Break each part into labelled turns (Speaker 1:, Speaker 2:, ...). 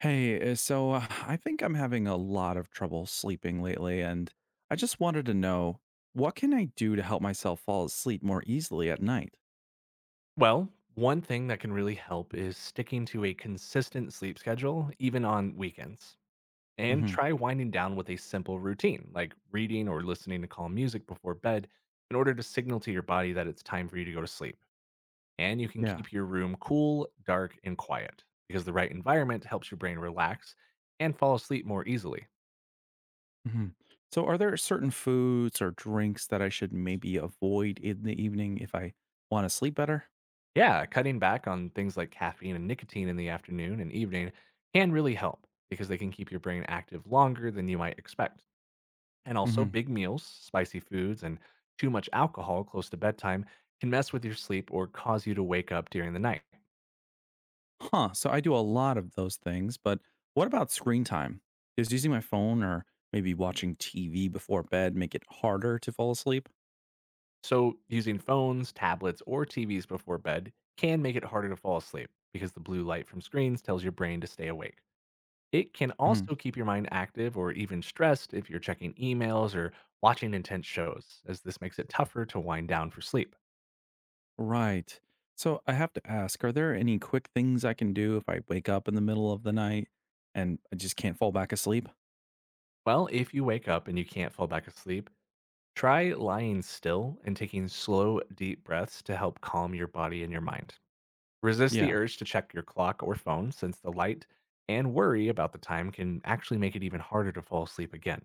Speaker 1: Hey, so I think I'm having a lot of trouble sleeping lately, and I just wanted to know what can I do to help myself fall asleep more easily at night?
Speaker 2: Well, one thing that can really help is sticking to a consistent sleep schedule, even on weekends. And
Speaker 1: Hmm.
Speaker 2: try winding down with a simple routine, like reading or listening to calm music before bed, in order to signal to your body that it's time for you to go to sleep. And you can
Speaker 1: Yeah.
Speaker 2: keep your room cool, dark, and quiet because the right environment helps your brain relax and fall asleep more easily.
Speaker 1: Hmm. So, are there certain foods or drinks that I should maybe avoid in the evening if I want to sleep better?
Speaker 2: Yeah, cutting back on things like caffeine and nicotine in the afternoon and evening can really help because they can keep your brain active longer than you might expect. And also,
Speaker 1: Hmm.
Speaker 2: big meals, spicy foods, and too much alcohol close to bedtime can mess with your sleep or cause you to wake up during the night.
Speaker 1: Huh. So, I do a lot of those things, but what about screen time? Does using my phone or maybe watching TV before bed make it harder to fall asleep?
Speaker 2: So, using phones, tablets, or TVs before bed can make it harder to fall asleep because the blue light from screens tells your brain to stay awake. It can
Speaker 1: Mm-hmm.
Speaker 2: also keep your mind active or even stressed if you're checking emails or watching intense shows, as this makes it tougher to wind down for sleep.
Speaker 1: Right. So I have to ask, are there any quick things I can do if I wake up in the middle of the night and I just can't fall back asleep?
Speaker 2: Well, if you wake up and you can't fall back asleep, try lying still and taking slow, deep breaths to help calm your body and your mind. Resist the
Speaker 1: Yeah.
Speaker 2: urge to check your clock or phone since the light and worry about the time can actually make it even harder to fall asleep again.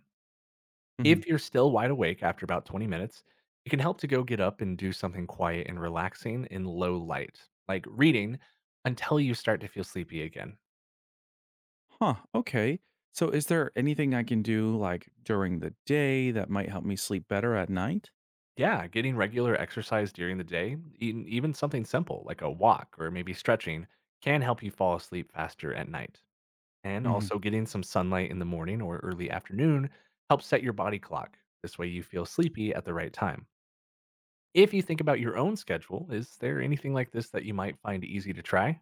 Speaker 1: Hmm.
Speaker 2: If you're still wide awake after about 20 minutes, it can help to go get up and do something quiet and relaxing in low light, like reading, until you start to feel sleepy again.
Speaker 1: Huh. Okay. So is there anything I can do like during the day that might help me sleep better at night?
Speaker 2: Yeah, getting regular exercise during the day, even something simple like a walk or maybe stretching, can help you fall asleep faster at night. And
Speaker 1: Hmm.
Speaker 2: also, getting some sunlight in the morning or early afternoon helps set your body clock. This way, you feel sleepy at the right time. If you think about your own schedule, is there anything like this that you might find easy to try?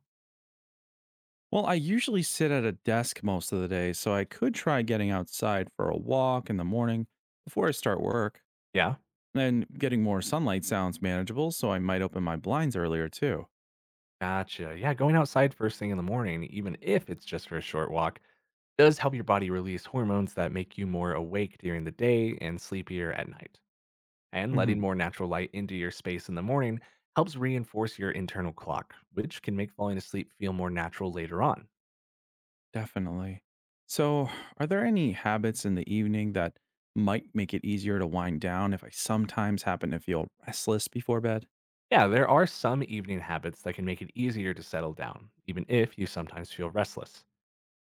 Speaker 1: Well, I usually sit at a desk most of the day, so I could try getting outside for a walk in the morning before I start work.
Speaker 2: Yeah,
Speaker 1: And getting more sunlight sounds manageable, so I might open my blinds earlier too.
Speaker 2: gotcha. Yeah, going outside first thing in the morning, even if it's just for a short walk, does help your body release hormones that make you more awake during the day and sleepier at night. And letting more natural light into your space in the morning helps reinforce your internal clock, which can make falling asleep feel more natural later on.
Speaker 1: Definitely. So, are there any habits in the evening that might make it easier to wind down if I sometimes happen to feel restless before bed?
Speaker 2: Yeah, there are some evening habits that can make it easier to settle down, even if you sometimes feel restless.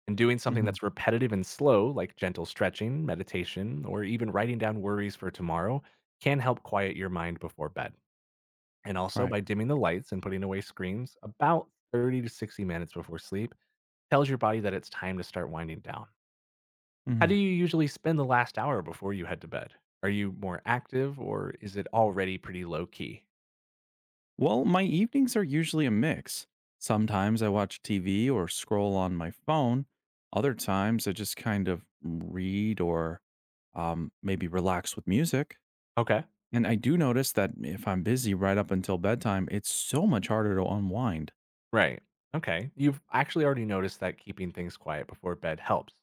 Speaker 2: And doing something
Speaker 1: Hmm.
Speaker 2: that's repetitive and slow, like gentle stretching, meditation, or even writing down worries for tomorrow, can help quiet your mind before bed. And also,
Speaker 1: Right.
Speaker 2: by dimming the lights and putting away screens about 30 to 60 minutes before sleep tells your body that it's time to start winding down. How do
Speaker 1: Hmm.
Speaker 2: you usually spend the last hour before you head to bed? Are you more active or is it already pretty low key?
Speaker 1: Well, my evenings are usually a mix. Sometimes I watch TV or scroll on my phone. Other times I just kind of read or maybe relax with music.
Speaker 2: Okay.
Speaker 1: And I do notice that if I'm busy right up until bedtime, it's so much harder to unwind.
Speaker 2: Right. Okay, you've actually already noticed that keeping things quiet before bed helps.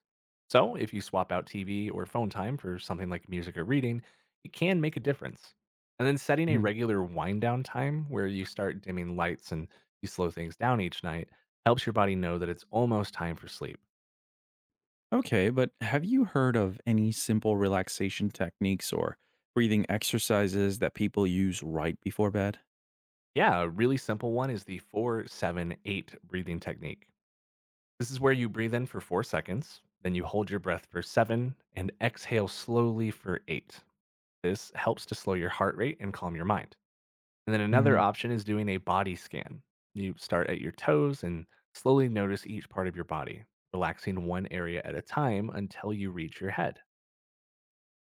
Speaker 2: So, if you swap out TV or phone time for something like music or reading, it can make a difference. And then setting a
Speaker 1: Mhm.
Speaker 2: regular wind down time where you start dimming lights and you slow things down each night helps your body know that it's almost time for sleep.
Speaker 1: Okay, but have you heard of any simple relaxation techniques or breathing exercises that people use right before bed?
Speaker 2: Yeah, a really simple one is the 4-7-8 breathing technique. This is where you breathe in for 4 seconds, then you hold your breath for 7 and exhale slowly for 8. This helps to slow your heart rate and calm your mind. And then another
Speaker 1: Hmm.
Speaker 2: option is doing a body scan. You start at your toes and slowly notice each part of your body, relaxing one area at a time until you reach your head.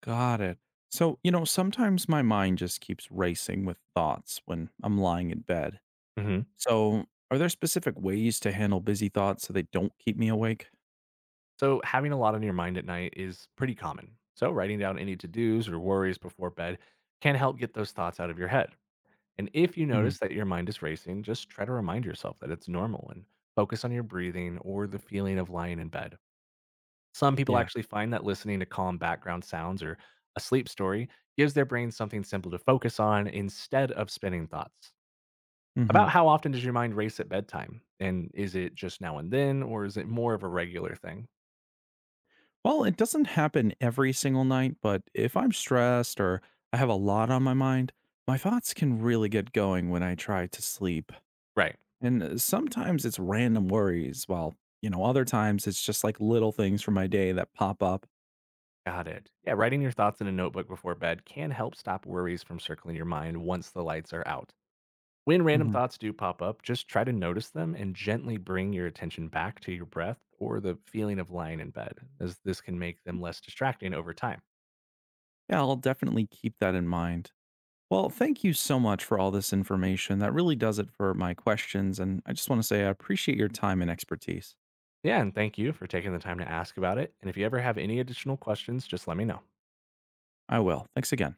Speaker 1: Got it. So, you know, sometimes my mind just keeps racing with thoughts when I'm lying in bed.
Speaker 2: Mhm.
Speaker 1: So, are there specific ways to handle busy thoughts so they don't keep me awake?
Speaker 2: So, having a lot on your mind at night is pretty common. So, writing down any to dos or worries before bed can help get those thoughts out of your head. And if you
Speaker 1: Hmm.
Speaker 2: notice that your mind is racing, just try to remind yourself that it's normal and focus on your breathing or the feeling of lying in bed. Some people
Speaker 1: Yeah.
Speaker 2: actually find that listening to calm background sounds or a sleep story gives their brain something simple to focus on instead of spinning thoughts.
Speaker 1: Hmm.
Speaker 2: About how often does your mind race at bedtime? And is it just now and then, or is it more of a regular thing?
Speaker 1: Well, it doesn't happen every single night, but if I'm stressed or I have a lot on my mind, my thoughts can really get going when I try to sleep.
Speaker 2: Right.
Speaker 1: And sometimes it's random worries, while, you know, other times it's just like little things from my day that pop up.
Speaker 2: Got it. Yeah, writing your thoughts in a notebook before bed can help stop worries from circling your mind once the lights are out. When random
Speaker 1: Mhm.
Speaker 2: thoughts do pop up, just try to notice them and gently bring your attention back to your breath or the feeling of lying in bed, as this can make them less distracting over time.
Speaker 1: Yeah, I'll definitely keep that in mind. Well, thank you so much for all this information. That really does it for my questions. And I just want to say I appreciate your time and expertise.
Speaker 2: Yeah, and thank you for taking the time to ask about it. And if you ever have any additional questions, just let me know.
Speaker 1: I will. Thanks again.